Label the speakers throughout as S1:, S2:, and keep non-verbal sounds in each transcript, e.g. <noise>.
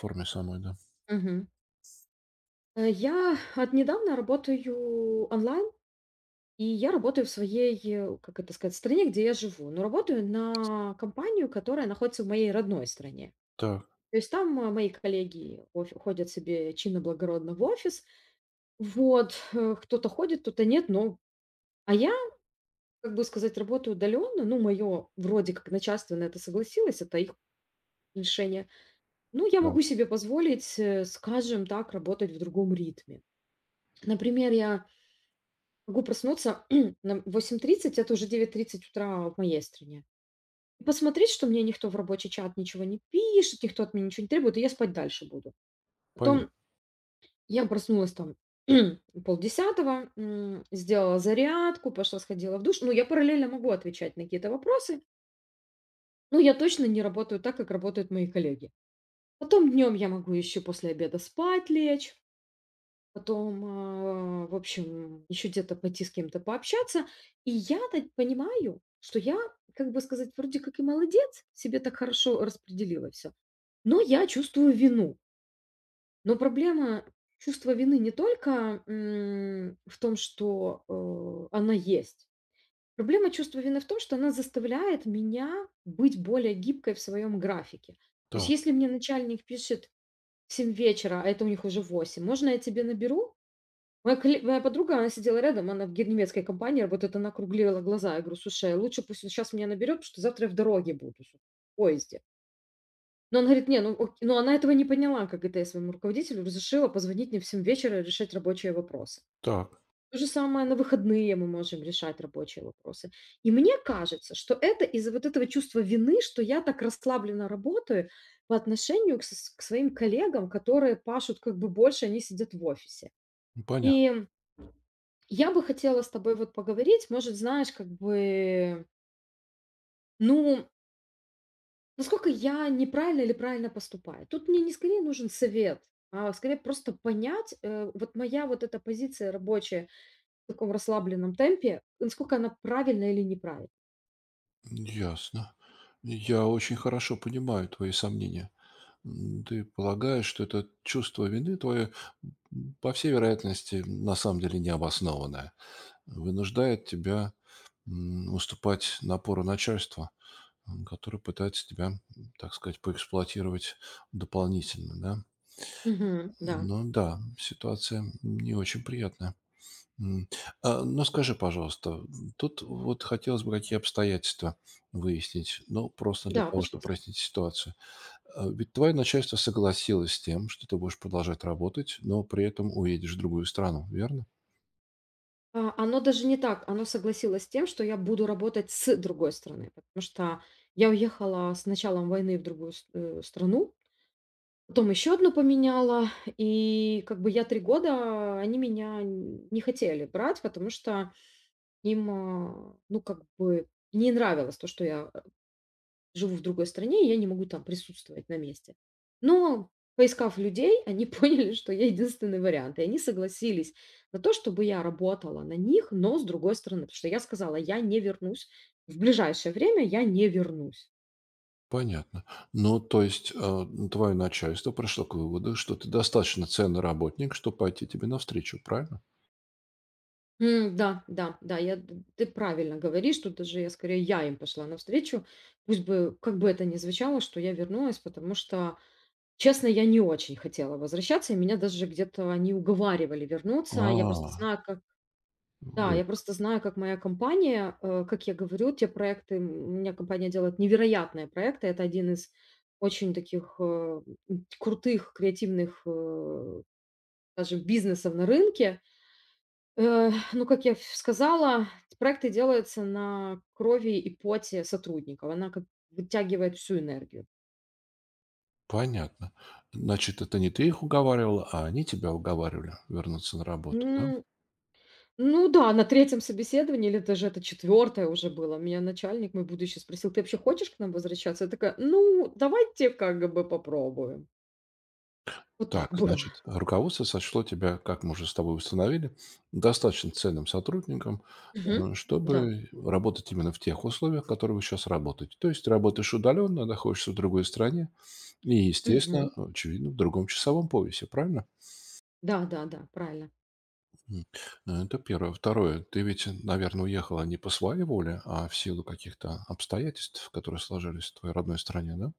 S1: Форме самой, да.
S2: Мгм. Я от недавно работаю онлайн, и я работаю в своей, как это сказать, стране, где я живу. Но работаю на компанию, которая находится в моей родной стране.
S1: Так.
S2: То есть там мои коллеги ходят себе чинно-благородно в офис. Вот, кто-то ходит, кто-то нет, но... А я, как бы сказать, работаю удаленно. Ну, мое вроде как начальство на это согласилось, это их решение. Ну, я
S1: Да.
S2: могу себе позволить, скажем так, работать в другом ритме. Например, я могу проснуться <clears throat> на 8:30, это уже 9:30 утра в моей стране. И посмотреть, что мне никто в рабочий чат ничего не пишет, никто от меня ничего не требует, и я спать дальше буду.
S1: Понятно.
S2: Потом я проснулась там <clears throat> полдесятого, сделала зарядку, пошла сходила в душ. Ну, я параллельно могу отвечать на какие-то вопросы, но я точно не работаю так, как работают мои коллеги. Потом днем я могу еще после обеда спать лечь. Потом, в общем, еще где-то пойти с кем-то пообщаться. И я так понимаю, что я, как бы сказать, вроде как и молодец, себе так хорошо распределила все, но я чувствую вину. Но проблема чувства вины не только, в том, что, она есть. Проблема чувства вины в том, что она заставляет меня быть более гибкой в своем графике. То есть
S1: Так.
S2: если мне начальник пишет в 7 вечера, а это у них уже 8, можно я тебе наберу? Моя подруга, она сидела рядом, она в ге немецкой компании работает, она округлила глаза. Я говорю: "Слушай, лучше пусть он щас меня наберет, потому что завтра я в дороге буду, с в поезде". Но она говорит: "Не, ну ок", но она этого не поняла, как это я своему руководителю разрешила позвонить мне в 7 вечера и решать рабочие вопросы.
S1: Так.
S2: То же самое на выходные мы можем решать рабочие вопросы. И мне кажется, что это из-за вот этого чувства вины, что я так расслабленно работаю по отношению к своим коллегам, которые пашут как бы больше, они сидят в офисе.
S1: Понятно.
S2: И я бы хотела с тобой вот поговорить, может, знаешь, как бы, ну, насколько я неправильно или правильно поступаю. Тут мне не скорее нужен совет, а скорее просто понять, вот моя вот эта позиция рабочая в таком расслабленном темпе, насколько она правильна или неправильна.
S1: Ясно. Я очень хорошо понимаю твои сомнения. Ты полагаешь, что это чувство вины твое, по всей вероятности, на самом деле необоснованное, вынуждает тебя уступать напору начальства, которое пытается тебя, так сказать, поэксплуатировать дополнительно, да?
S2: Мгм. Да,
S1: Ну да, ситуация не очень приятная. М. Скажи, пожалуйста, тут вот хотелось бы какие обстоятельства выяснить, ну, просто для
S2: да,
S1: того, чтобы
S2: пожалуйста.
S1: прояснить ситуацию. Ведь твое начальство согласилось с тем, что ты будешь продолжать работать, но при этом уедешь в другую страну, верно?
S2: Оно даже не так, оно согласилось с тем, что я буду работать с другой страны, потому что я уехала с началом войны в другую страну, потом еще одну поменяла, и как бы я 3 года, они меня н не хотели брать, потому что им, ну, как бы не нравилось то, что я, живу в другой стране, и я не могу там присутствовать на месте. Но, поискав людей, они <laughs> поняли, что я единственный вариант, и они согласились на то, чтобы я работала на них, но с другой стороны. Потому что я сказала: "Я не вернусь, в ближайшее время я не вернусь".
S1: Понятно. Ну, то есть ну, твое начальство пришло к выводу, что ты достаточно ценный работник, чтобы пойти тебе навстречу, правильно?
S2: Да, да, да, я д ты правильно говоришь. Тут даже я скорее я им пошла навстречу. Пусть бы, как бы это ни звучало, что я вернулась, потому что, честно, я не очень хотела возвращаться, и меня даже где-то они уговаривали вернуться. Я просто
S1: А,
S2: знаю, как Да, я
S1: вот,
S2: просто знаю, как моя компания, как я говорю, те у меня компания делает невероятные проекты. Это один из очень таких, крутых креативных, даже бизнесов на рынке. Ну, как я ф сказала, проекты делаются на крови и поте сотрудников. Она как вытягивает всю энергию.
S1: понятно. Значит, это не ты их уговаривала, а они тебя уговаривали вернуться на работу, да?
S2: М, ну да, на третьем собеседовании или даже это четвертое уже было, меня начальник мой будущий спросил: "Ты вообще хочешь к нам возвращаться?" Я такая: "Ну, давайте как бы попробуем". Вот так
S1: Так,
S2: было.
S1: значит, руководство сочло тебя, как мы уже с тобой установили, достаточно ценным сотрудником, э,
S2: Мгм. Да.
S1: чтобы работать именно в тех условиях, в которых вы сейчас работаете. То есть ты работаешь удаленно, находишься в другой стране и, естественно,
S2: Мгм.
S1: очевидно, в другом часовом поясе, правильно?
S2: Да-да-да, правильно.
S1: М, Это первое. Второе. Ты ведь, наверное, уехала не по своей воле, а в силу каких-то обстоятельств, которые сложились в твоей родной стране, да?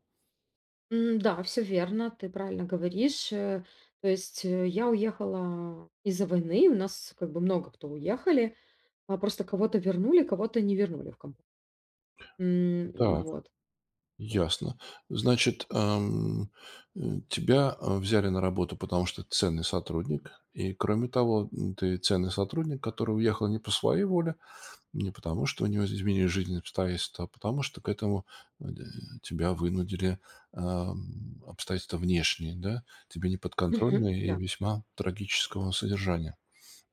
S2: Да, все верно, ты правильно говоришь. То есть, я уехала из-за войны. У нас как бы много кто уехали. А просто кого-то вернули, кого-то не вернули в компанию.
S1: Так.
S2: Вот.
S1: Ясно. Значит, э, тебя взяли на работу, потому что ты ценный сотрудник. И, кроме того, ты ценный сотрудник, который уехал не по своей воле, не потому что у него изменились жизненные обстоятельства, а потому что к этому э, тебя вынудили обстоятельства внешние, да, тебе
S2: Мгм.
S1: неподконтрольные и
S2: Да.
S1: весьма трагического содержания.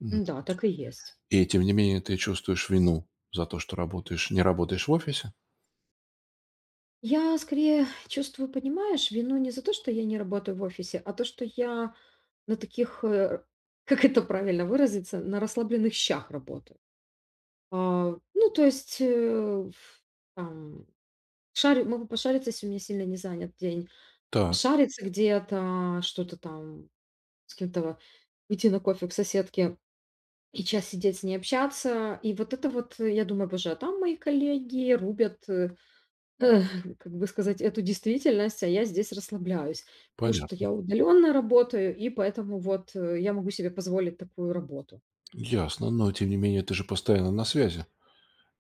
S1: Мгм.
S2: Да, так и есть.
S1: И, тем не менее, ты чувствуешь вину за то, что работаешь, не работаешь в офисе?
S2: Я скорее чувствую, понимаешь, вину не за то, что я не работаю в офисе, а то, что я на таких, <laughs> как это правильно выразиться, на расслабленных щах работаю. Ну, то есть, э, ф там шарю могу пошариться, если у меня сильно не занят день,
S1: Так.
S2: пошариться где-то, что-то там с кем-то, идти на кофе к соседке. И час сидеть с ней общаться. И вот это вот, я думаю, боже, а там мои коллеги рубят, э, как бы сказать, эту действительность, а я здесь расслабляюсь. Потому что
S1: Понятно.
S2: я удаленно работаю, и поэтому вот я могу себе позволить такую работу.
S1: Ясно, но тем не менее ты же постоянно на связи,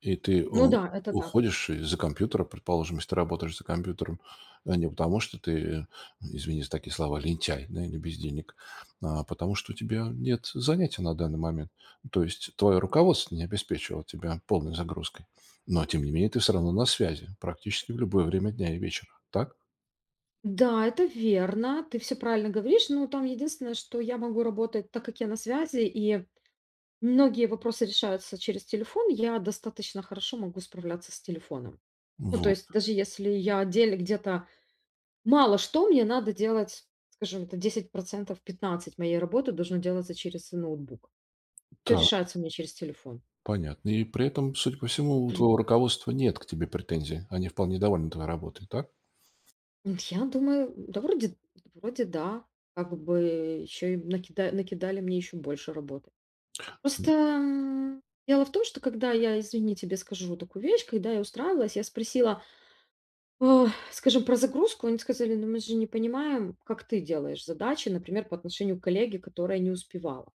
S1: и
S2: Ну да, это так.
S1: уходишь из-за компьютера, предположим, если ты работаешь за компьютером, а не потому, что ты, извини за такие слова, лентяй, да, или бездельник, а потому что у тебя нет занятия на данный момент. То есть твое руководство не обеспечивало тебя полной загрузкой. Но тем не менее ты все равно на связи практически в любое время дня и вечера. Так?
S2: Да, это верно, ты все правильно говоришь, но там единственное, что я могу работать, так как я на связи, и многие вопросы решаются через телефон, я достаточно хорошо могу справляться с телефоном. Ну, то
S1: Вот.
S2: есть даже если я отдельно где-то мало что мне надо делать, скажем, это 10 15 моей работы должно делаться через ноутбук. Все
S1: Так.
S2: решается у меня через телефон.
S1: Понятно. И при этом, судя по всему, у твоего руководства нет к тебе претензий. Они вполне довольны твоей работой, так?
S2: Вот я думаю, да вроде да, как бы еще и накидали мне еще больше работы. Просто, дело в том, что когда я, извини, тебе скажу вот такую вещь, когда я устраивалась, я спросила, э, скажем, про загрузку. Они сказали: "Ну, мы же не понимаем, как ты делаешь задачи, например, по отношению к коллеге, которая не успевала".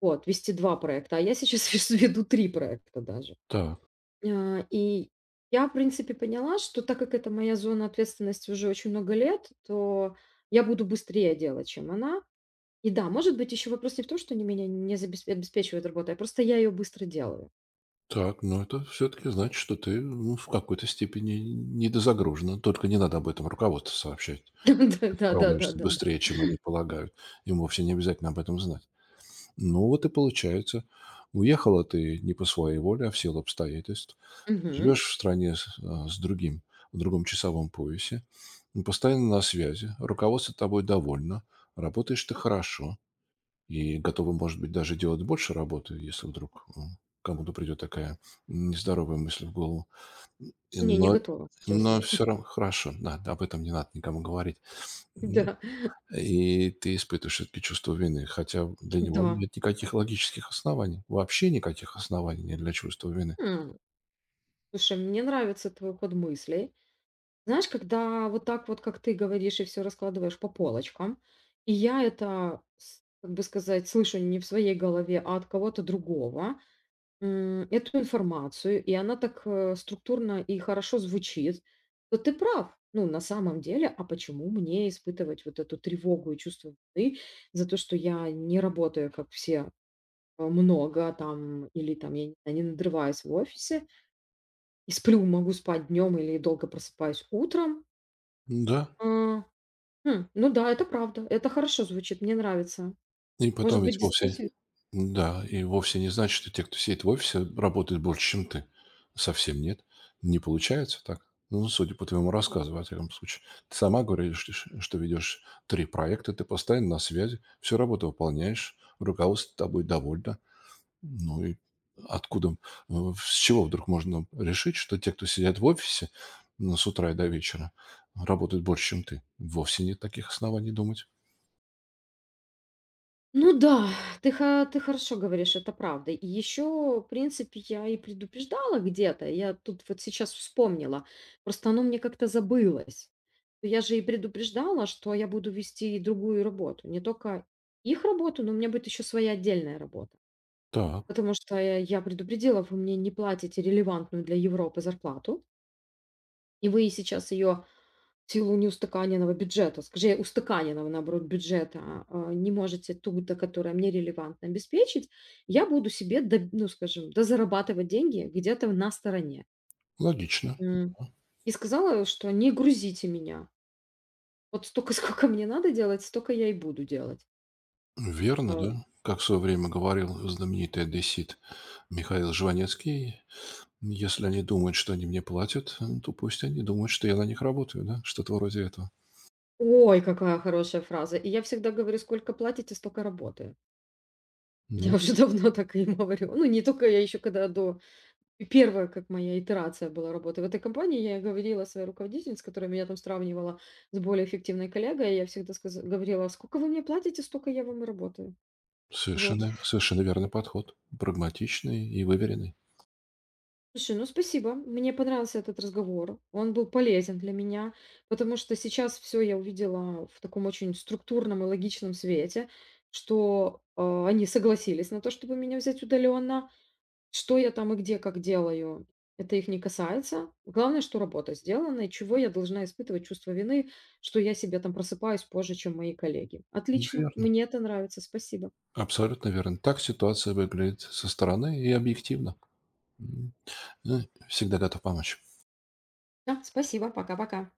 S2: Вот, вести 2 проекта, а я сейчас <laughs> веду 3 проекта даже.
S1: Так.
S2: И я, в принципе, поняла, что так как это моя зона ответственности уже очень много лет, то я буду быстрее делать, чем она. И да, может быть, еще вопрос не в том, что они меня не забес обеспечивают работой, а просто я ее быстро делаю.
S1: Так, но это все-таки значит, что ты, ну, в какой-то степени недозагружена. Только не надо об этом руководству сообщать, что ты
S2: <laughs>
S1: справляешься
S2: Да-да-да-да-да-да.
S1: быстрее, чем они полагают. Им вовсе не обязательно об этом знать. Ну, вот и получается. Уехала ты не по своей воле, а в силу обстоятельств.
S2: Мгм.
S1: Живешь в стране с, с другим, в другом часовом поясе. Ну, постоянно на связи. Руководство тобой довольно. Работаешь ты хорошо. И готовы, может быть, даже делать больше работы, если вдруг кому-то придет такая нездоровая мысль в голову. И
S2: Не, не
S1: Но,
S2: готова,
S1: но
S2: честно. <laughs>
S1: все равно хорошо, да, об этом не надо никому говорить. М,
S2: Да,
S1: И ты испытываешь все-таки чувство вины, хотя для него
S2: да.
S1: нет никаких логических оснований, вообще никаких оснований нет для чувства вины.
S2: М, Слушай, мне нравится твой ход мыслей. Знаешь, когда вот так вот, как ты говоришь, и все раскладываешь по полочкам, и я это, с как бы сказать, слышу не в своей голове, а от кого-то другого, эту информацию, и она так, структурно и хорошо звучит, то ты прав. Ну, на самом деле, а почему мне испытывать вот эту тревогу и чувство вины за то, что я не работаю, как все, много там или там, я не знаю, не надрываюсь в офисе и сплю, могу спать днем или долго просыпаюсь утром.
S1: Да,
S2: А Хм, ну да, это правда. Это хорошо звучит, мне нравится.
S1: и
S2: Может
S1: потом
S2: быть,
S1: ведь вовсе
S2: действительно.
S1: да, и вовсе не значит, что те, кто сидит в офисе, работают больше, чем ты. Совсем нет. Не получается так. Ну, судя по твоему рассказу, во всяком случае. Ты сама говоришь, что ведешь три проекта, ты постоянно на связи, всю работу выполняешь, руководство тобой довольно. Ну и откуда, с чего вдруг можно решить, что те, кто сидят в офисе, ну, с утра и до вечера, работают больше, чем ты? Вовсе нет таких оснований думать.
S2: Ну да, ты ты хорошо говоришь, это правда. И еще, в принципе, я и предупреждала где-то. Я тут вот сейчас вспомнила. Просто оно мне как-то забылось. Я же и предупреждала, что я буду вести и другую работу. Не только их работу, но у меня будет еще своя отдельная работа.
S1: Так,
S2: Потому что я предупредила, вы мне не платите релевантную для Европы зарплату, и вы сейчас ее в силу неустаканенного бюджета, скажи, устаканенного, наоборот, бюджета, не можете ту, до которая мне релевантно обеспечить, я буду себе, д ну, скажем, дозарабатывать деньги где-то на стороне.
S1: логично.
S2: М, и сказала, что: "Не грузите меня. Вот столько, <laughs> сколько мне надо делать, столько я и буду делать". А,
S1: Верно, да. Как в свое время говорил знаменитый одессит Михаил Жванецкий, если они думают, что они мне платят, то пусть они думают, что я на них работаю, да, что-то вроде этого.
S2: Ой, какая хорошая фраза. И я всегда говорю: "Сколько платите, столько работаю". Я
S1: Ну,
S2: уже <laughs> давно так и говорю. Ну, не только я, еще когда до и первая, как моя итерация была работы в этой компании, я говорила своей руководительнице, которая меня там сравнивала с более эффективной коллегой, я всегда говорила, сколько вы мне платите, столько я вам и работаю. Вот.
S1: совершенно, совершенно верный подход, прагматичный и выверенный.
S2: Слушай, ну спасибо, мне понравился этот разговор, он был полезен для меня, потому что сейчас все я увидела в таком очень структурном и логичном свете, что они согласились на то, чтобы меня взять удаленно, что я там и где как делаю, это их не касается. Главное, что работа сделана, и чего я должна испытывать чувство вины, что я себе там просыпаюсь позже, чем мои коллеги. Отлично,
S1: Верно,
S2: мне это нравится, спасибо.
S1: абсолютно верно. Так ситуация выглядит со стороны и объективно. М, ну, всегда готов помочь.
S2: Да, спасибо, пока-пока.